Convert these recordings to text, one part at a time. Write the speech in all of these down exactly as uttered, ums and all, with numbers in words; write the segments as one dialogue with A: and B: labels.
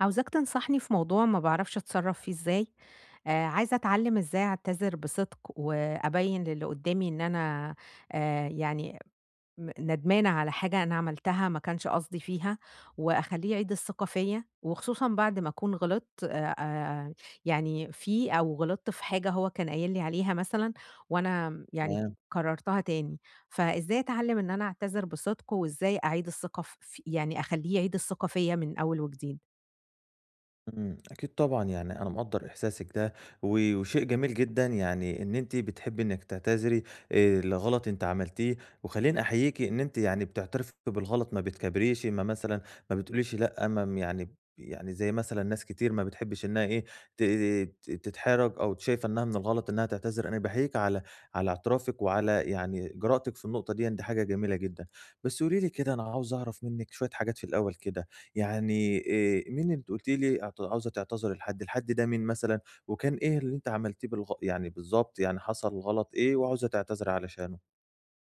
A: عاوزاك تنصحني في موضوع ما بعرفش اتصرف فيه ازاي. آه، عايزه اتعلم ازاي اعتذر بصدق وابين للي قدامي ان انا آه، يعني م- ندمانه على حاجه انا عملتها ما كانش قصدي فيها، واخليه يعيد الثقه فيا وخصوصا بعد ما اكون غلطت. آه، آه، يعني فيه او غلطت في حاجه هو كان قايل لي عليها مثلا وانا يعني
B: تمام،
A: كررتها تاني. فازاي اتعلم ان انا اعتذر بصدق وازاي اعيد الثقه في يعني اخليه يعيد الثقه فيا من اول وجديد؟
B: إمم، أكيد طبعًا، يعني أنا مقدّر إحساسِك ده، و وشيء جميل جدًا يعني إن أنتِ بتحبّي إنِّك تعتذري آآ لغلط أنتِ عملتيه، وخلّيني أحييكِ إن أنتِ يعني بتعترفي بالغلط، ما بتكابريش، ما مثلًا ما بتقوليش لأ، ما م يعني يعني زي مثلًا ناس كتير ما بتحبّش إنها إيه، ت ت تتحرج أو شايفة إنها من الغلط إنها تعتذر، أنا باحييكِ على على اعترافِك وعلى يعني جرأتِك في النقطة ديًّا، دي حاجة جميلة جدًا. بس قولي لي كده، أنا عاوز أعرف منِّك شوية حاجات في الأول كده، يعني آآ مين اللي أنتِ قُلتِ لي اعت عاوزة تعتذري لحد، الحد ده مين مثلًا، وكان إيه اللي أنتِ عملتيه بالغ يعني بالضبط، يعني حصل غلط إيه وعاوزة تعتذري علشانه؟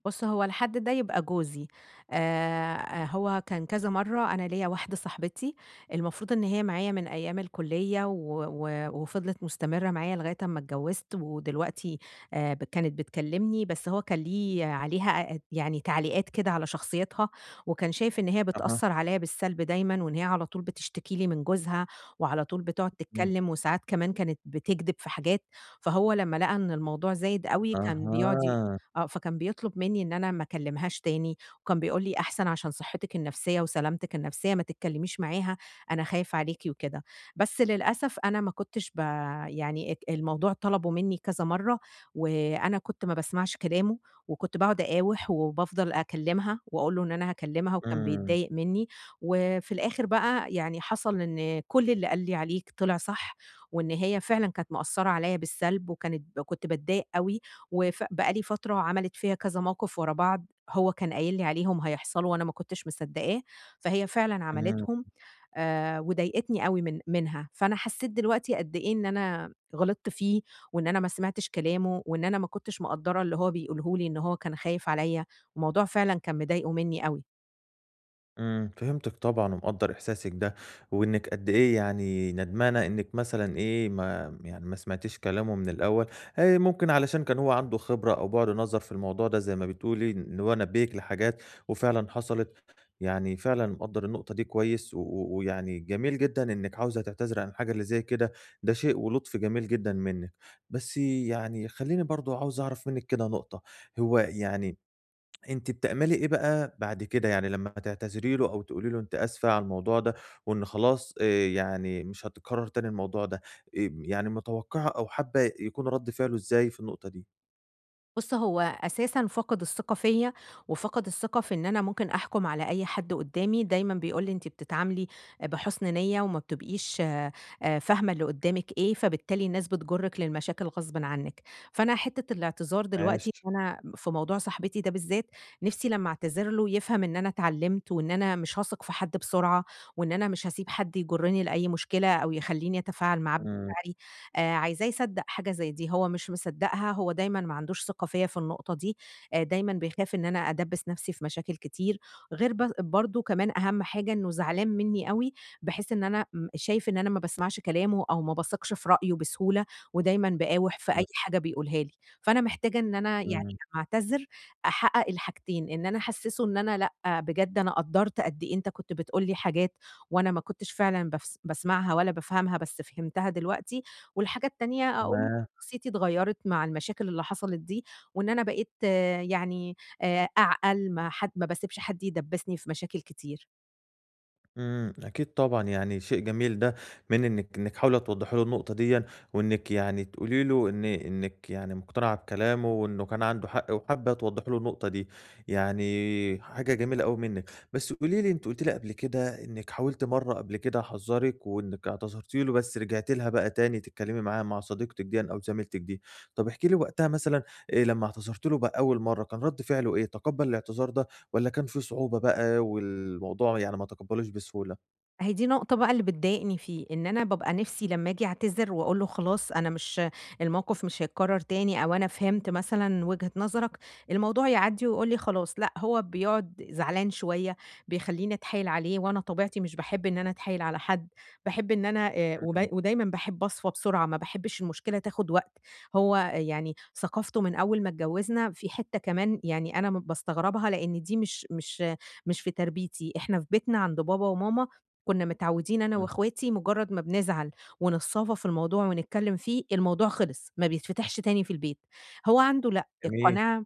A: بُص، هو الحد ده يبقى جوزي، آآ هو كان كذا مرّة أنا ليّا واحدة صاحبتي المفروض إن هي معايا من أيام الكُلّية و و وفضلت مستمرة معايا لغاية أمّا اتجوّزت ودلوقتي آآ ب كانت بتكلّمني، بس هو كان ليه عليها أ يعني تعليقات كده على شخصيتها، وكان شايف إن هي
B: أها،
A: بتأثّر عليّا بالسلب دايمًا وإن هي على طول بتشتكي لي من جوزها وعلى طول بتقعد
B: إمم،
A: تتكلّم وساعات كمان كانت بتكدب في حاجات. فهو لمّا لقى إن الموضوع زايد أوي كان بيقعد ي
B: أها،
A: آه، فكان بيطلب منّي إن أنا ما أكلّمهاش تاني، وكان بيقول لي: "أحسن عشان صحتِك النفسية وسلامتِك النفسية ما تتكلّميش معاها، أنا خايف عليكِ." وكده. بس للأسف أنا ما كنتش ب يعني ات الموضوع طلبوا منّي كذا مرّة، وأنا كنت ما باسمعش كلامه، وكنت باقعد أقاوح وبافضل أكلّمها وأقول له إن أنا هاكلّمها وكان
B: إمم،
A: بيتضايق منّي. وفي الآخِر بقى يعني حصل إن كل اللي قال لي عليه طلع صح، وإن هي فعلًا كانت مأثّرة عليّا بالسلب وكانت كنت باتضايق أوي وف بقى لي فترة عملت فيّا كذا موقف ورا بعض، هو كان قايل لي عليهم هيحصلوا وأنا ما كنتش مصدّقاه، فهي فعلًا
B: إمم.
A: عملتهم. آآ وضايقتني أوي من منها، فأنا حسّيت دلوقتي قد إيه إن أنا غلطت فيه، وإن أنا ما سمعتش كلامه، وإن أنا ما كنتش مقدّرة اللي هو بيقوله لي إن هو كان خايف عليّا، الموضوع فعلًا كان مضايقه منّي أوي.
B: إمم، فهمتِك طبعًا ومقدّر إحساسِك ده، وإنِّك قد إيه يعني ندمانة إنِّك مثلًا إيه ما يعني ما سمعتيش كلامه من الأول، آآ ممكن علشان كان هو عنده خبرة أو بُعد نظر في الموضوع ده زي ما بتقولي، إن هو نبّهِك لحاجات وفعلًا حصلت، يعني فعلًا مقدّر النقطة دي كويس و و ويعني جميل جدًا إنِّك عاوزة تعتذري عن حاجة اللي زي كده، ده شيء ولطف جميل جدًا منِّك، بس يعني خلّيني برضه عاوز أعرف منِّك كده نقطة، هو يعني أنتِ بتعملي إيه بقى بعد كده، يعني لمّا تعتذري له أو تقولي له أنتِ آسفة على الموضوع ده، وإن خلاص آآ يعني مش هتتكرر تاني الموضوع ده، آمم يعني متوقعة أو حابة يكون رد فعله إزاي في النقطة دي؟
A: بُص، هو أساسًا فَقَد الثقة فيّا، وفَقَد الثقة في إن أنا ممكن أحكُم على أي حد قُدّامي، دايمًا بيقول لي: "أنتِ بتتعاملي بحُسن نِيّة وما بتبقيش آآ فاهمة اللي قُدّامِك إيه، فبالتالي الناس بتجُرِّك للمشاكل غصبٍ عنِّك." فأنا حتّة الاعتذار دلوقتي
B: ماشي،
A: أنا في موضوع صاحبتي ده بالذات، نِفْسي لمّا أعتذر له يفهم إن أنا اتعلِّمت وإن أنا مش هاثق في حد بسرعة وإن أنا مش هاسيب حد يجُرِّني لأي مشكلة أو يخلّيني أتفاعل معاه
B: إمم،
A: بمشاعري. آآ عايزاه يصدّق حاجة زي دي، هو مش مصدّقها، هو دايمًا ما عندوش ثقة فيّا في النقطة دي، آآ دايمًا بيخاف إن أنا أدبّس نَفْسي في مشاكل كتير، غير ب برضه كمان أهَم حاجة إنه زعلان منّي أوي، بحيث إن أنا م شايف إن أنا ما باسمعش كلامه أو ما باثقش في رأيه بسهولة، ودايمًا باقاوح في
B: إمم،
A: أي حاجة بيقولها لي. فأنا محتاجة إن أنا يعني
B: إمم،
A: أمّا أعتذر أحقق الحاجتين، إن أنا أحسّسه إن أنا لأ، بجد أنا قدّرت قد إيه أنت كنت بتقول لي حاجات وأنا ما كنتش فعلًا بافس باسمعها ولا بافهمها، بس فهمتها دلوقتي، والحاجة التانية أقول له
B: تمام.
A: شخصيتي اتغيّرت مع المشاكل اللي حصلت دي، وإن أنا بقيت آه، يعني آآ أعقل ما حد ما باسيبش حد يدبّسني في مشاكل كتير.
B: إمم، أكيد طبعًا، يعني شيء جميل ده من إنِّك إنِّك حاولة توضّحي له النقطة ديًّا، وإنِّك يعني تقولي له إن إنِّك يعني مقتنعة بكلامه وإنه كان عنده حق، وحابة توضّحي له النقطة دي، يعني حاجة جميلة أوي منِّك. بس قولي لي أنتِ قُلتِ لي قبل كده إنِّك حاولتِ مرّة قبل كده حذّرِك وإنِّك اعتذرتِ له، بس رجعتِ لها بقى تاني تتكلمي معاه مع صديقتِك ديًّا أو زميلتِك دي. طَب احكي لي وقتها مثلًا آآ لمّا اعتذرتِ له بقى أول مرّة، كان رَد فعله إيه؟ تقبّل الاعتذار ده والّا كان في صعوبة بقى والموضوع يعني ما تقبّلوش بسهولة؟
A: أهي دي نقطة بقى اللي بتضايقني فيه، إن أنا بابقى نِفسي لمّا آجي أعتذر وأقول له خلاص أنا مش الموقف مش هيتكرر تاني أو أنا فهمت مثلًا وجهة نظرك، الموضوع يعدّي ويقول لي خلاص، لأ هو بيقعد زعلان شوية، بيخلّيني أتحايل عليه وأنا طبيعتي مش باحب إن أنا أتحايل على حد، باحب إن أنا آآ وب
B: إمم،
A: ودايمًا باحب أصفى بسرعة، ما باحبش المشكلة تاخد وقت. هو آه، يعني ثقافته من أول ما اتجوزنا في حتّة كمان يعني أنا م باستغربها لإن دي مش مش مش في تربيتي، إحنا في بيتنا عند بابا وماما كنا متعودين أنا
B: إمم،
A: وأخواتي مجرد ما بنزعل ونتصافى في الموضوع ونتكلم فيه، الموضوع خلص، ما بيتفتحش تاني في البيت. هو عنده لأ،
B: جميل،
A: القناعة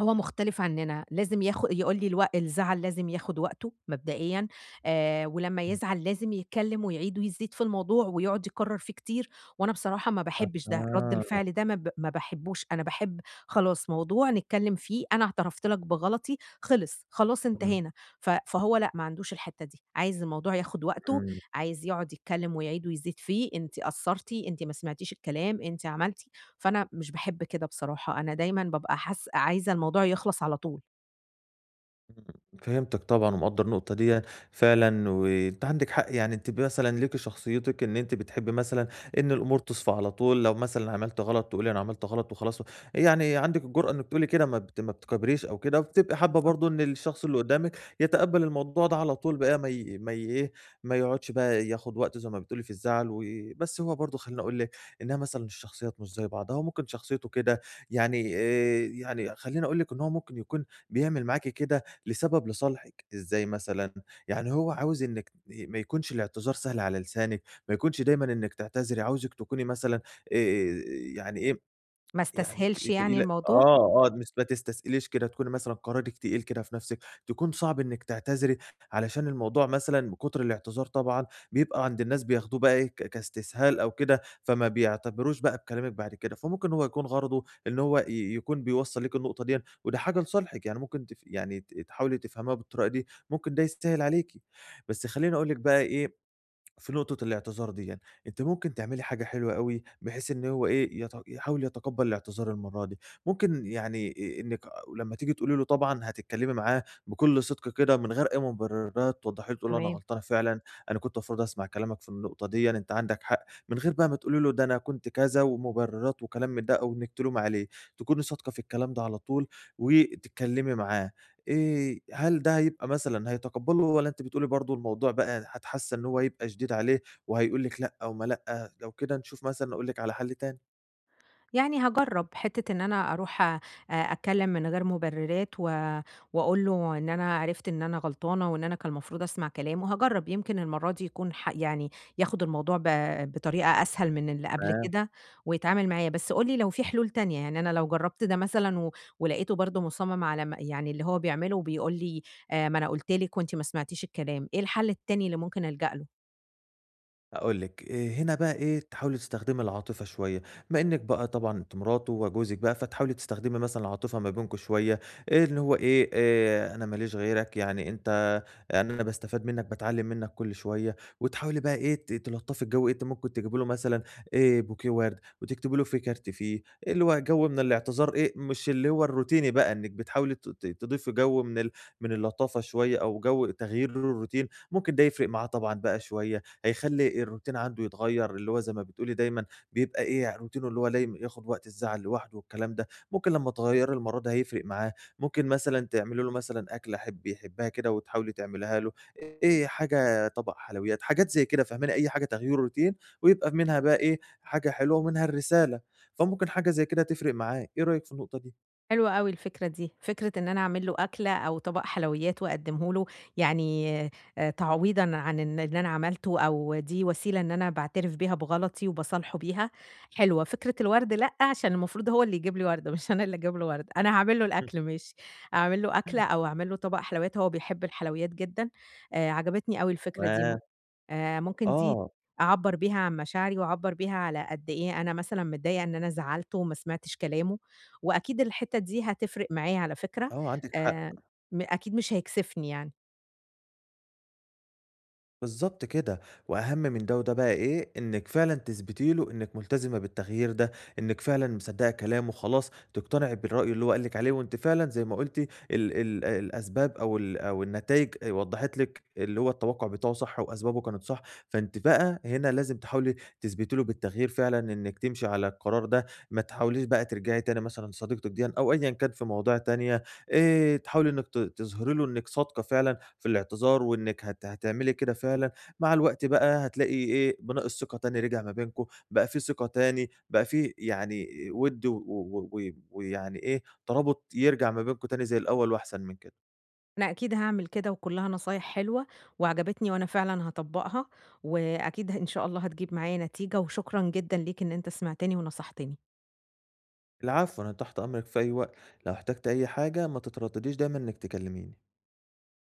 A: هو مختلف عننا، لازم ياخ يقول لي الوق الزعل لازم ياخد وقته مبدئيًا، آآ، ولمّا
B: إمم،
A: يزعل لازم يتكلم ويعيد ويزيد في الموضوع ويقعد يكرر فيه كتير. وأنا بصراحة ما باحبش ده، رد
B: أها،
A: الفعل ده ما ب ما باحبوش، أنا باحب خلاص موضوع نتكلم فيه، أنا اعترفت لك بغلطي، خلص، خلاص
B: إمم،
A: انتهينا. ف فهو لأ ما عندوش الحتة دي، عايز الموضوع ياخد وقته،
B: إمم.
A: عايز يقعد يتكلم ويعيد ويزيد فيه، أنتِ قصرتِ، أنتِ ما سمعتيش الكلام، أنتِ عملتِ. فأنا مش باحب كده بصراحة، أنا دايمًا بابقى حاس عايزة الموضوع يخلص على طول.
B: فهمتِك طبعًا ومقدّر النقطة ديًّا فعلًا، وأنتِ عندِك حق يعني أنتِ مثلًا ليكِ شخصيتِك إن أنتِ بتحبي مثلًا إن الأمور تصفى على طول، لو مثلًا عملت غلط تقولي أنا عملت غلط وخلاص، يعني عندِك الجرأة إنِّك تقولي كده ما بت ما بتكابريش أو كده، وبتبقي حابة برضه
A: بالضبط،
B: إن الشخص اللي قدّامِك يتقبّل الموضوع ده على طول بقى ما ي ما ي إيه، ما يقعدش بقى ياخد وقته زي ما بتقولي في الزعل و بس هو برضه خلّيني أقول لِك إنها مثلًا الشخصيات مش زي بعضها، وممكن شخصيته كده يعني آآ، يعني خلّيني أقول لِك إن هو ممكن يكون بيعمل معاكِ كده لسبب لصالحِك، إزاي مثلًا؟ يعني هو عاوز إنِّك ما يكونش الاعتذار سهل على لسانِك، ما يكونش دايمًا إنِّك تعتذري، عاوزِك تكوني مثلًا آآ يعني إيه،
A: ما
B: يعني ت
A: استسهلش يعني
B: تقيلة
A: الموضوع،
B: آه، آه، مش ما تستثقليش كده، تكوني مثلًا قرارِك تقيل كده في نَفْسِك، تكون صعب إنِّك تعتذري علشان الموضوع مثلًا من كُتر الاعتذار طبعًا بيبقى عند الناس بياخدوه بقى إيه، ك كاستسهال أو كده، فما بيعتبروش بقى بكلامِك بعد كده، فممكن هو يكون غرضه إن هو ي يكون بيوصّل لِك النقطة ديًا وده حاجة لصالحِك، يعني ممكن تف يعني ت تحاولي تفهميها بالطريقة دي، ممكن ده يسهِّل عليكِ. بس خلّيني أقول لِك بقى إيه في نقطة الاعتذار ديًّا، أنتِ ممكن تعملي حاجة حلوة أوي، بحيث إن هو إيه، يت يحاول يتقبّل الاعتذار المرّة دي، ممكن يعني آآ إنِّك لمّا تيجي تقولي له طبعًا هتتكلّمي معاه بكل صدق كده من غير أي مبررات، توضّحي له تقولي له: "أنا
A: تمام.
B: غلطانة فعلًا، أنا كنت المفروض أسمع كلامك في النقطة ديًّا، أنت عندك حق." من غير بقى ما تقولي له ده أنا كنت كذا ومبررات وكلام من ده أو إنِّك تلومي عليه، تكوني صادقة في الكلام ده على طول وتتكلّمي معاه. آآ هل ده هيبقى مثلًا هيتقبّله والّا أنتِ بتقولي برضه الموضوع بقى ح حاسة إن هو هيبقى شديد عليه وهيقول لِك لأ وما لأ، لو كده نشوف مثلًا أقول لِك على حَل تاني؟
A: يعني هاجرّب، حتّة إن أنا أروح أ أتكلّم من غير مبررات و وأقول له إن أنا عرفت إن أنا غلطانة وإن أنا كان المفروض أسمع كلامه، هاجرّب يمكن المرّة دي يكون ح يعني ياخد الموضوع ب بطريقة أسهل من اللي قبل كده ويتعامل معايا. بس قُل لي لو في حلول تانية، يعني أنا لو جرّبت ده مثلًا و ولقيته برضه مُصمّم على م يعني اللي هو بيعمله وبيقول لي آآ ما أنا قُلت لِك وأنتِ ما سمعتيش الكلام، إيه الحل التاني اللي ممكن ألجأ له؟
B: هاقول لِك، آآ هنا بقى إيه، تحاولي تستخدمي العاطفة شوية، بما إنِّك بقى طبعًا أنتِ مراته وجوزِك بقى، فتحاولي تستخدمي مثلًا العاطفة ما بينكم شوية، آآ اللي هو إيه، آآ أنا ما ليش غيرك، يعني أنت يعني أنا باستفاد منّك، باتعلّم منّك كل شوية، وتحاولي بقى إيه، ت تلطّفي الجو، إيه، أنتِ ممكن تجيبي له مثلًا آآ بوكيه وَرْد وتكتبي له في كارت فيه، إيه اللي هو جو من الاعتذار إيه، مش اللي هو الروتيني بقى، إنِّك بتحاولي ت ت تضيفي جو من ال من اللطافة شوية أو جو تغيير للروتين، ممكن ده يفرق معاه طبعًا بقى شوية. هيخلّي الروتين عنده يتغيّر، اللي هو زي ما بتقولي دايمًا بيبقى إيه، روتينه اللي هو لايم ياخُد وقت الزعل لوحده والكلام ده، ممكن لمّا تغيّري المَرّة دي هيفرق معاه، ممكن مثلًا تعملي له مثلًا أكلة حب يحبها كده وتحاولي تعمليها له، إيه، حاجة طبق حلويات، حاجات زي كده فاهماني، أي حاجة تغيير الروتين ويبقى منها بقى إيه، حاجة حلوة ومنها الرسالة، فممكن حاجة زي كده تفرق معاه، إيه رأيِك في النقطة دي؟
A: حلوة أوي الفكرة دي، فكرة إن أنا أعمل له أكلة أو طبق حلويات وأقدّمه له، يعني آآ تعويضًا عن إن إن أنا عملته أو دي وسيلة إن أنا باعترف بيها بغلطي وباصالحه بيها، حلوة. فكرة الورد لأ، عشان المفروض هو اللي يجيب لي وردة مش أنا اللي أجيب له وردة، أنا هاعمل له الأكل ماشي، أعمل له أكلة أو أعمل له طبق حلويات، هو بيحب الحلويات جدًا. آآ عجبتني أوي الفكرة دي
B: تمام،
A: م آآ ممكن دي
B: آه،
A: أعبّر بيها عن مشاعري وأعبّر بيها على قد إيه أنا مثلًا متضايقة إن أنا زعّلته وما سمعتش كلامه. وأكيد الحتّة دي هتفرق معايا على فكرة،
B: آه، عندِك حق.
A: آآ م أكيد مش هيكسفني يعني.
B: بالضبط كده، وأهم من ده وده بقى إيه، إنِّك فعلًا تثبتي له إنِّك ملتزمة بالتغيير ده، إنِّك فعلًا مصدّقة كلامه خلاص، تقتنعي بالرأي اللي هو قال لِك عليه، وأنتِ فعلًا زي ما قُلتِ ال ال الأسباب أو ال أو النتايج وضّحت لِك اللي هو التوقُّع بتاعه صح وأسبابه كانت صح، فأنتِ بقى هنا لازم تحاولي تثبتي له بالتغيير فعلًا إنِّك تمشي على القرار ده، ما تحاوليش بقى ترجعي تاني مثلًا لصديقتِك ديًا أو أيًا كان في مواضيع تانية، آآ تحاولي إنِّك ت تظهري له إنِّك صادقة فعلًا في الاعتذار وإنِّك هت هتعملي كده فعلًا، مع الوقت بقى هتلاقي إيه، بناء الثقة تاني رجع ما بينكم، بقى في ثقة تاني، بقى في يعني وِد و و و ويعني إيه، ترابط يرجع ما بينكم تاني زي الأول وأحسن من كده.
A: أنا أكيد هاعمل كده وكلّها نصايح حلوة وعجبتني وأنا فعلًا هاطبّقها، وأكيد ه إن شاء الله هتجيب معايا نتيجة، وشكرًا جدًا ليك إن أنت سمعتني ونصحتني.
B: العفو، أنا تحت أمرِك في أي وقت، لو احتجتِ أي حاجة ما تتردديش دايمًا إنِّك تكلميني.